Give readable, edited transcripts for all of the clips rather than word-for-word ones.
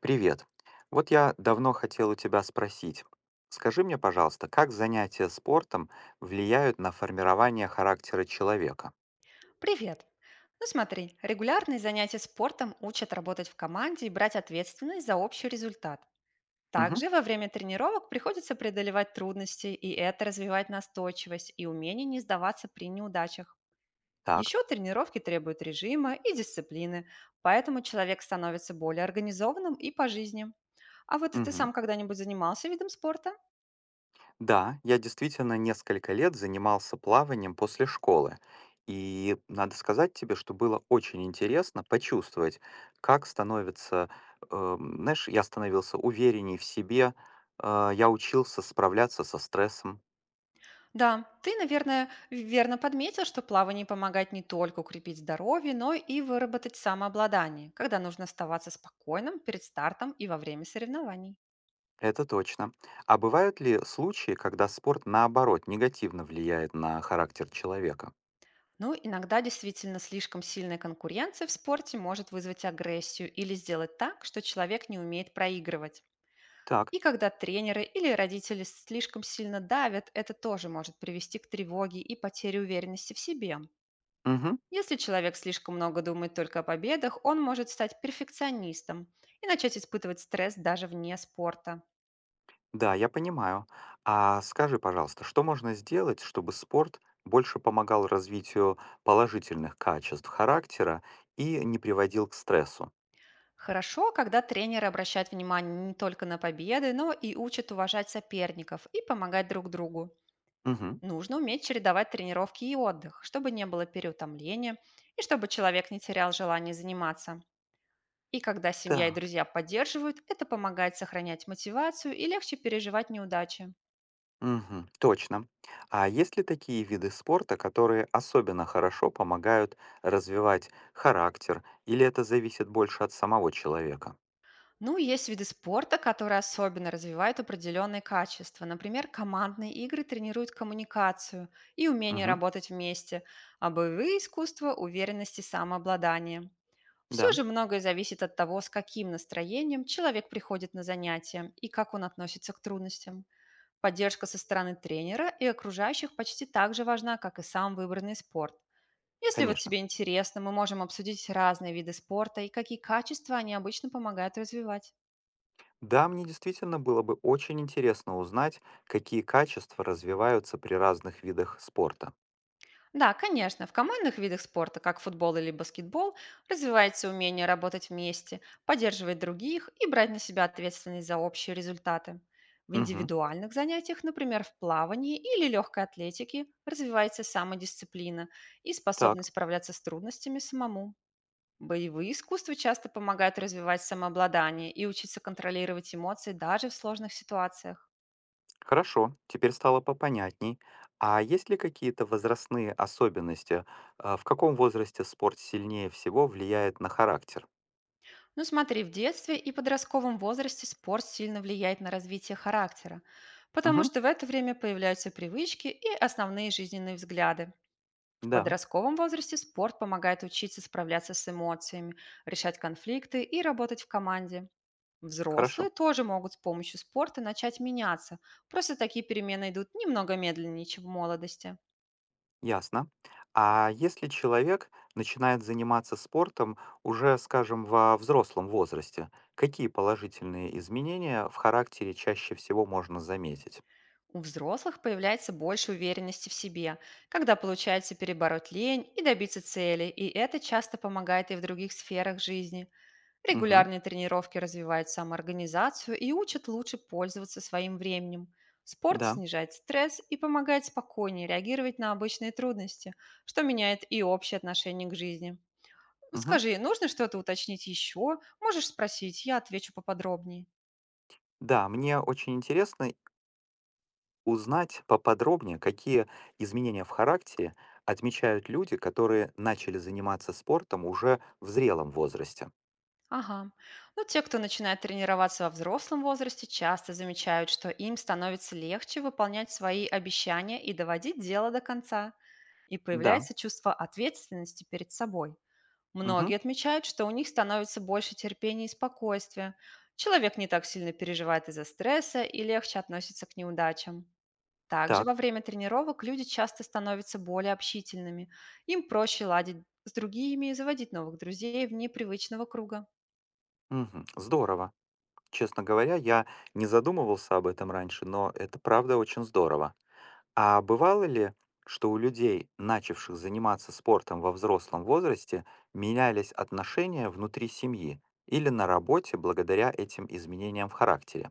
Привет. Вот я давно хотел у тебя спросить. Скажи мне, пожалуйста, как занятия спортом влияют на формирование характера человека? Привет! Ну смотри, регулярные занятия спортом учат работать в команде и брать ответственность за общий результат. Мгм. Также во время тренировок приходится преодолевать трудности, и это развивает настойчивость и умение не сдаваться при неудачах. Так. Еще тренировки требуют режима и дисциплины, поэтому человек становится более организованным и по жизни. А вот ты Мгм. сам когда-нибудь занимался видом спорта? Да, я действительно несколько лет занимался плаванием после школы. И надо сказать тебе, что было очень интересно почувствовать, как становится, знаешь, я становился уверенней в себе, я учился справляться со стрессом. Да, ты, наверное, верно подметил, что плавание помогает не только укрепить здоровье, но и выработать самообладание, когда нужно оставаться спокойным перед стартом и во время соревнований. Это точно. А бывают ли случаи, когда спорт, наоборот, негативно влияет на характер человека? Ну, иногда действительно слишком сильная конкуренция в спорте может вызвать агрессию или сделать так, что человек не умеет проигрывать. Так. И когда тренеры или родители слишком сильно давят, это тоже может привести к тревоге и потере уверенности в себе. Мгм. Если человек слишком много думает только о победах, он может стать перфекционистом и начать испытывать стресс даже вне спорта. Да, я понимаю. А скажи, пожалуйста, что можно сделать, чтобы спорт больше помогал развитию положительных качеств характера и не приводил к стрессу? Хорошо, когда тренеры обращают внимание не только на победы, но и учат уважать соперников и помогать друг другу. Мгм. Нужно уметь чередовать тренировки и отдых, чтобы не было переутомления и чтобы человек не терял желание заниматься. И когда семья и Так. друзья поддерживают, это помогает сохранять мотивацию и легче переживать неудачи. Мгм. Точно. А есть ли такие виды спорта, которые особенно хорошо помогают развивать характер, или это зависит больше от самого человека? Ну, есть виды спорта, которые особенно развивают определенные качества. Например, командные игры тренируют коммуникацию и умение Мгм. работать вместе, а боевые искусства– уверенность и самообладание. Да, Все же многое зависит от того, с каким настроением человек приходит на занятия и как он относится к трудностям. Поддержка со стороны тренера и окружающих почти так же важна, как и сам выбранный спорт. Если вот конечно. тебе интересно, мы можем обсудить разные виды спорта и какие качества они обычно помогают развивать. Да, мне действительно было бы очень интересно узнать, какие качества развиваются при разных видах спорта. Да, конечно, в командных видах спорта, как футбол или баскетбол, развивается умение работать вместе, поддерживать других и брать на себя ответственность за общие результаты. В Мгм. индивидуальных занятиях, например, в плавании или легкой атлетике, развивается самодисциплина и Так, способность справляться с трудностями самому. Боевые искусства часто помогают развивать самообладание и учиться контролировать эмоции даже в сложных ситуациях. хорошо, теперь стало попонятней. А есть ли какие-то возрастные особенности? А, в каком возрасте спорт сильнее всего влияет на характер? Ну смотри, в детстве и подростковом возрасте спорт сильно влияет на развитие характера, потому Мгм. что в это время появляются привычки и основные жизненные взгляды. В Да, подростковом возрасте спорт помогает учиться справляться с эмоциями, решать конфликты и работать в команде. Взрослые хорошо. тоже могут с помощью спорта начать меняться, просто такие перемены идут немного медленнее, чем в молодости. Ясно. А если человек начинает заниматься спортом уже, скажем, во взрослом возрасте, какие положительные изменения в характере чаще всего можно заметить? У взрослых появляется больше уверенности в себе, когда получается перебороть лень и добиться цели, и это часто помогает и в других сферах жизни. Мгм. Регулярные тренировки развивают самоорганизацию и учат лучше пользоваться своим временем. Спорт Да. снижает стресс и помогает спокойнее реагировать на обычные трудности, что меняет и общее отношение к жизни. Ну, Мгм. скажи, нужно что-то уточнить еще? Можешь спросить, я отвечу поподробнее. Да, мне очень интересно узнать поподробнее, какие изменения в характере отмечают люди, которые начали заниматься спортом уже в зрелом возрасте. Ага. Ну, те, кто начинает тренироваться во взрослом возрасте, часто замечают, что им становится легче выполнять свои обещания и доводить дело до конца. И Да. появляется чувство ответственности перед собой. Мгм. Многие отмечают, что у них становится больше терпения и спокойствия. Человек не так сильно переживает из-за стресса и легче относится к неудачам. Также во Так. время тренировок люди часто становятся более общительными. Им проще ладить с другими и заводить новых друзей вне привычного круга. Мгм. Здорово. Честно говоря, я не задумывался об этом раньше, но это правда очень здорово. А бывало ли, что у людей, начавших заниматься спортом во взрослом возрасте, менялись отношения внутри семьи или на работе благодаря этим изменениям в характере?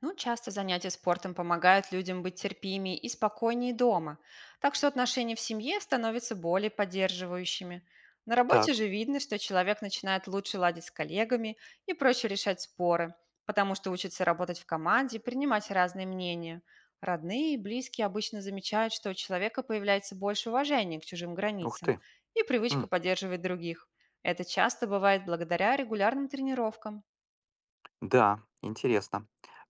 Ну, часто занятия спортом помогают людям быть терпимее и спокойнее дома, так что отношения в семье становятся более поддерживающими. На работе Так, же видно, что человек начинает лучше ладить с коллегами и проще решать споры, потому что учится работать в команде и принимать разные мнения. Родные и близкие обычно замечают, что у человека появляется больше уважения к чужим ух границам ты. и привычка М, поддерживать других. Это часто бывает благодаря регулярным тренировкам. да, интересно.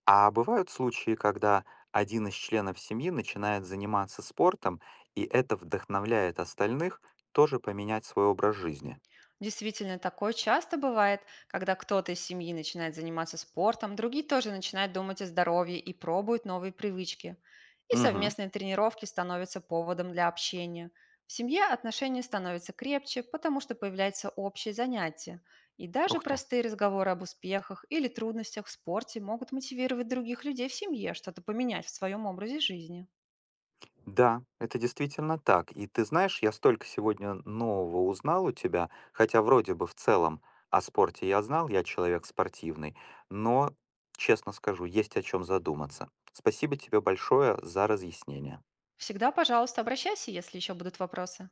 А бывают случаи, когда один из членов семьи начинает заниматься спортом, и это вдохновляет остальных тоже поменять свой образ жизни? Действительно, такое часто бывает, когда кто-то из семьи начинает заниматься спортом, другие тоже начинают думать о здоровье и пробуют новые привычки. И Угу, совместные тренировки становятся поводом для общения. В семье отношения становятся крепче, потому что появляются общие занятия. И даже ух ты. простые разговоры об успехах или трудностях в спорте могут мотивировать других людей в семье что-то поменять в своем образе жизни. Да, это действительно так. И ты знаешь, я столько сегодня нового узнал у тебя, хотя вроде бы в целом о спорте я знал, я человек спортивный, но, честно скажу, есть о чем задуматься. Спасибо тебе большое за разъяснение. Всегда, пожалуйста, обращайся, если еще будут вопросы.